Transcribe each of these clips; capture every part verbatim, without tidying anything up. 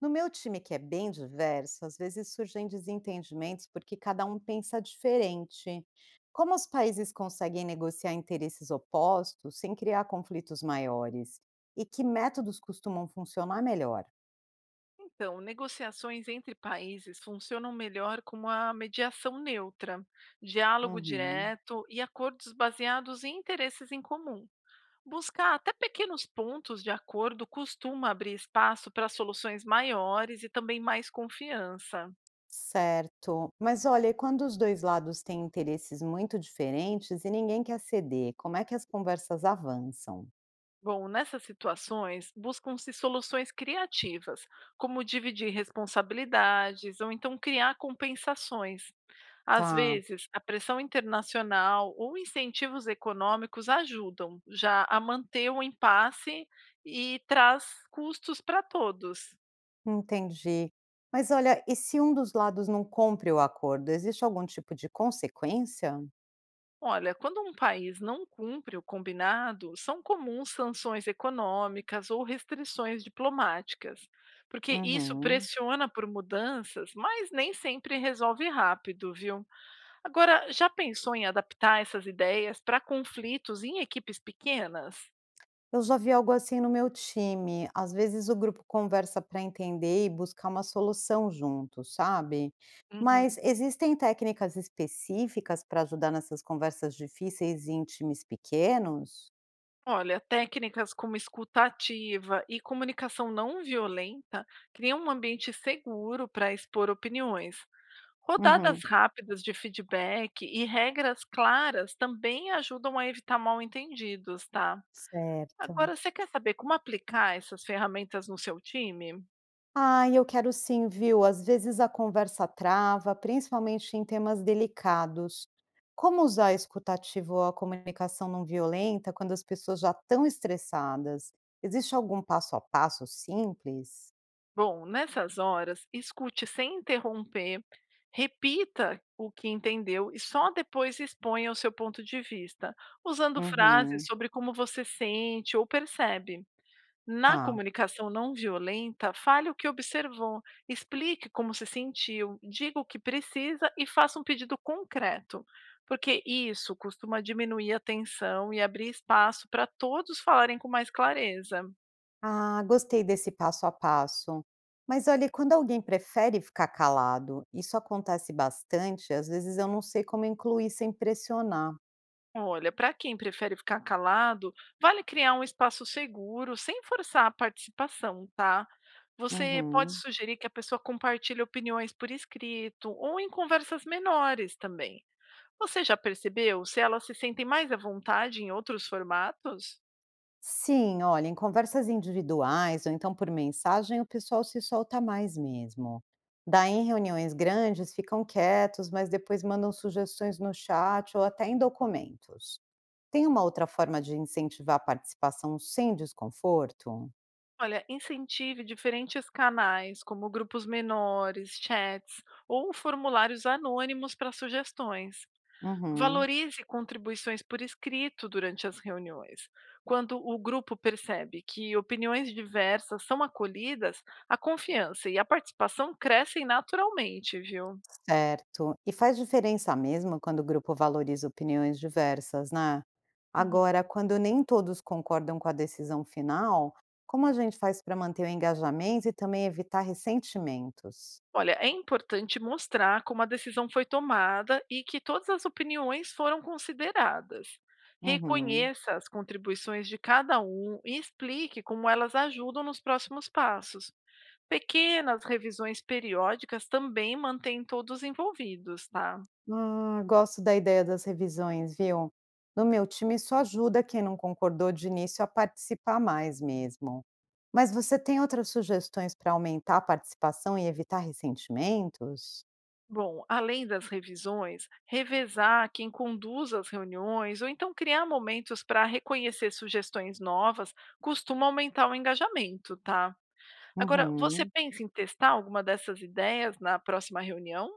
No meu time, que é bem diverso, às vezes surgem desentendimentos porque cada um pensa diferente. Como os países conseguem negociar interesses opostos sem criar conflitos maiores? E que métodos costumam funcionar melhor? Então, negociações entre países funcionam melhor com uma mediação neutra, diálogo Uhum. direto e acordos baseados em interesses em comum. Buscar até pequenos pontos de acordo costuma abrir espaço para soluções maiores e também mais confiança. Certo. Mas olha, e quando os dois lados têm interesses muito diferentes e ninguém quer ceder, como é que as conversas avançam? Bom, nessas situações, buscam-se soluções criativas, como dividir responsabilidades ou então criar compensações. Às Tá. vezes, a pressão internacional ou incentivos econômicos ajudam já a manter o impasse e traz custos para todos. Entendi. Mas olha, e se um dos lados não cumpre o acordo, existe algum tipo de consequência? Olha, quando um país não cumpre o combinado, são comuns sanções econômicas ou restrições diplomáticas, porque isso Uhum. pressiona por mudanças, mas nem sempre resolve rápido, viu? Agora, já pensou em adaptar essas ideias para conflitos em equipes pequenas? Eu já vi algo assim no meu time. Às vezes o grupo conversa para entender e buscar uma solução junto, sabe? Uhum. Mas existem técnicas específicas para ajudar nessas conversas difíceis em times pequenos? Olha, técnicas como escuta ativa e comunicação não violenta criam um ambiente seguro para expor opiniões, rodadas Uhum. rápidas de feedback e regras claras também ajudam a evitar mal-entendidos, tá? Certo. Agora, você quer saber como aplicar essas ferramentas no seu time? Ah, eu quero sim, viu? Às vezes a conversa trava, principalmente em temas delicados. Como usar escutativo ou a comunicação não violenta quando as pessoas já estão estressadas? Existe algum passo a passo simples? Bom, nessas horas, escute sem interromper, repita o que entendeu e só depois exponha o seu ponto de vista, usando frases Uhum, sobre como você sente ou percebe. Na tá. comunicação não violenta, fale o que observou, explique como se sentiu, diga o que precisa e faça um pedido concreto, porque isso costuma diminuir a tensão e abrir espaço para todos falarem com mais clareza. Ah, gostei desse passo a passo. Mas olha, quando alguém prefere ficar calado, isso acontece bastante, às vezes eu não sei como incluir sem pressionar. Olha, para quem prefere ficar calado, vale criar um espaço seguro sem forçar a participação, tá? Você pode Uhum. sugerir que a pessoa compartilhe opiniões por escrito ou em conversas menores também. Você já percebeu se elas se sentem mais à vontade em outros formatos? Sim, olha, em conversas individuais ou então por mensagem, o pessoal se solta mais mesmo. Daí, em reuniões grandes, ficam quietos, mas depois mandam sugestões no chat ou até em documentos. Tem uma outra forma de incentivar a participação sem desconforto? Olha, incentive diferentes canais, como grupos menores, chats ou formulários anônimos para sugestões. Uhum. Valorize contribuições por escrito durante as reuniões. Quando o grupo percebe que opiniões diversas são acolhidas, a confiança e a participação crescem naturalmente, viu? Certo. E faz diferença mesmo quando o grupo valoriza opiniões diversas, né? Uhum. Agora, quando nem todos concordam com a decisão final, como a gente faz para manter o engajamento e também evitar ressentimentos? Olha, é importante mostrar como a decisão foi tomada e que todas as opiniões foram consideradas. Uhum. Reconheça as contribuições de cada um e explique como elas ajudam nos próximos passos. Pequenas revisões periódicas também mantêm todos envolvidos, tá? Ah, gosto da ideia das revisões, viu? No meu time, só ajuda quem não concordou de início a participar mais mesmo. Mas você tem outras sugestões para aumentar a participação e evitar ressentimentos? Bom, além das revisões, revezar quem conduz as reuniões ou então criar momentos para reconhecer sugestões novas costuma aumentar o engajamento, tá? Agora, você Uhum. pensa em testar alguma dessas ideias na próxima reunião?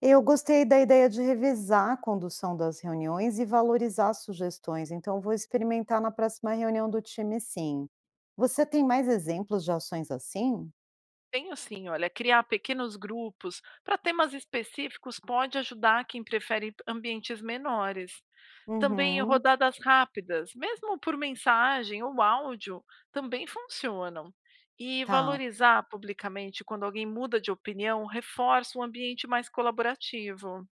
Eu gostei da ideia de revisar a condução das reuniões e valorizar sugestões, então eu vou experimentar na próxima reunião do time, sim. Você tem mais exemplos de ações assim? Tenho sim, olha, criar pequenos grupos para temas específicos pode ajudar quem prefere ambientes menores. Também Uhum, rodadas rápidas, mesmo por mensagem ou áudio, também funcionam. E tá, valorizar publicamente quando alguém muda de opinião reforça um ambiente mais colaborativo.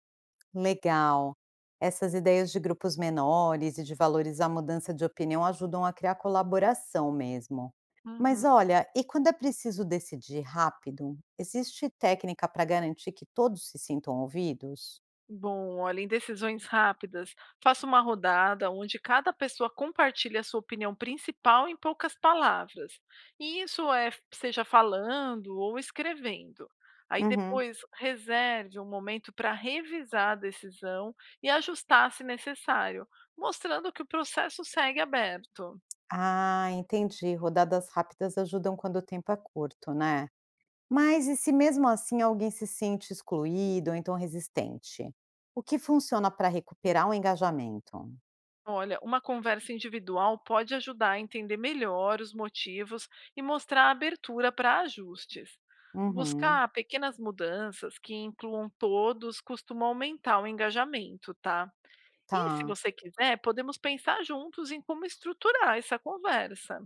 legal. Essas ideias de grupos menores e de valorizar a mudança de opinião ajudam a criar colaboração mesmo. Mas Uhum. olha, e quando é preciso decidir rápido, existe técnica para garantir que todos se sintam ouvidos? Bom, olha, em decisões rápidas, faça uma rodada onde cada pessoa compartilha a sua opinião principal em poucas palavras. E isso é, seja falando ou escrevendo. Aí Uhum. depois reserve um momento para revisar a decisão e ajustar se necessário, mostrando que o processo segue aberto. Ah, entendi. Rodadas rápidas ajudam quando o tempo é curto, né? Mas e se mesmo assim alguém se sente excluído ou então resistente? O que funciona para recuperar o engajamento? Olha, uma conversa individual pode ajudar a entender melhor os motivos e mostrar abertura para ajustes. Uhum, Buscar pequenas mudanças que incluam todos costuma aumentar o engajamento, tá? E se tá. você quiser, podemos pensar juntos em como estruturar essa conversa.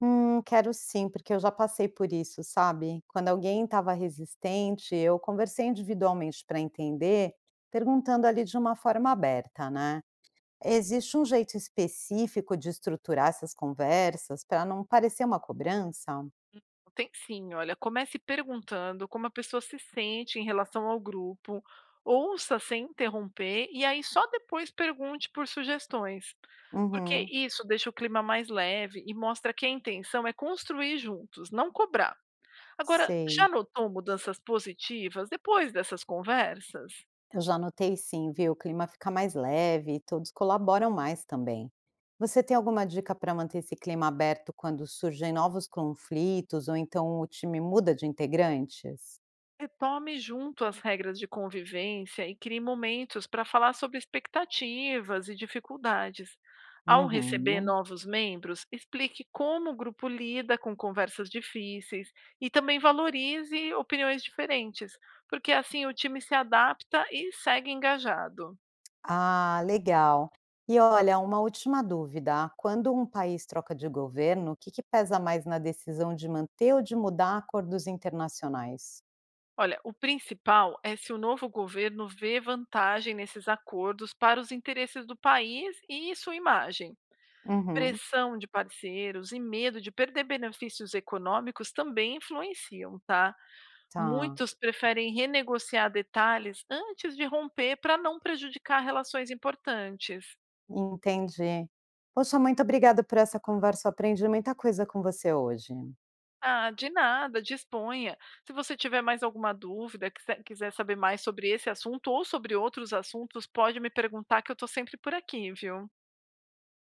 Hum, quero sim, porque eu já passei por isso, sabe? Quando alguém estava resistente, eu conversei individualmente para entender, perguntando ali de uma forma aberta, né? Existe um jeito específico de estruturar essas conversas para não parecer uma cobrança? Tem sim, olha, comece perguntando como a pessoa se sente em relação ao grupo, ouça sem interromper e aí só depois pergunte por sugestões, porque Uhum, isso deixa o clima mais leve e mostra que a intenção é construir juntos, não cobrar. Agora, já sei. notou mudanças positivas depois dessas conversas? Eu já notei sim, viu? O clima fica mais leve e todos colaboram mais também. Você tem alguma dica para manter esse clima aberto quando surgem novos conflitos ou então o time muda de integrantes? Retome junto as regras de convivência e crie momentos para falar sobre expectativas e dificuldades. Ao receber Uhum. novos membros, explique como o grupo lida com conversas difíceis e também valorize opiniões diferentes, porque assim o time se adapta e segue engajado. Ah, legal. E olha, uma última dúvida. Quando um país troca de governo, o que que pesa mais na decisão de manter ou de mudar acordos internacionais? Olha, o principal é se o novo governo vê vantagem nesses acordos para os interesses do país e sua imagem. Uhum, Pressão de parceiros e medo de perder benefícios econômicos também influenciam, tá? tá. Muitos preferem renegociar detalhes antes de romper para não prejudicar relações importantes. Entendi. Poxa, muito obrigada por essa conversa, eu aprendi muita coisa com você hoje. Ah, de nada, disponha. Se você tiver mais alguma dúvida, quise- quiser saber mais sobre esse assunto ou sobre outros assuntos, pode me perguntar que eu estou sempre por aqui, viu?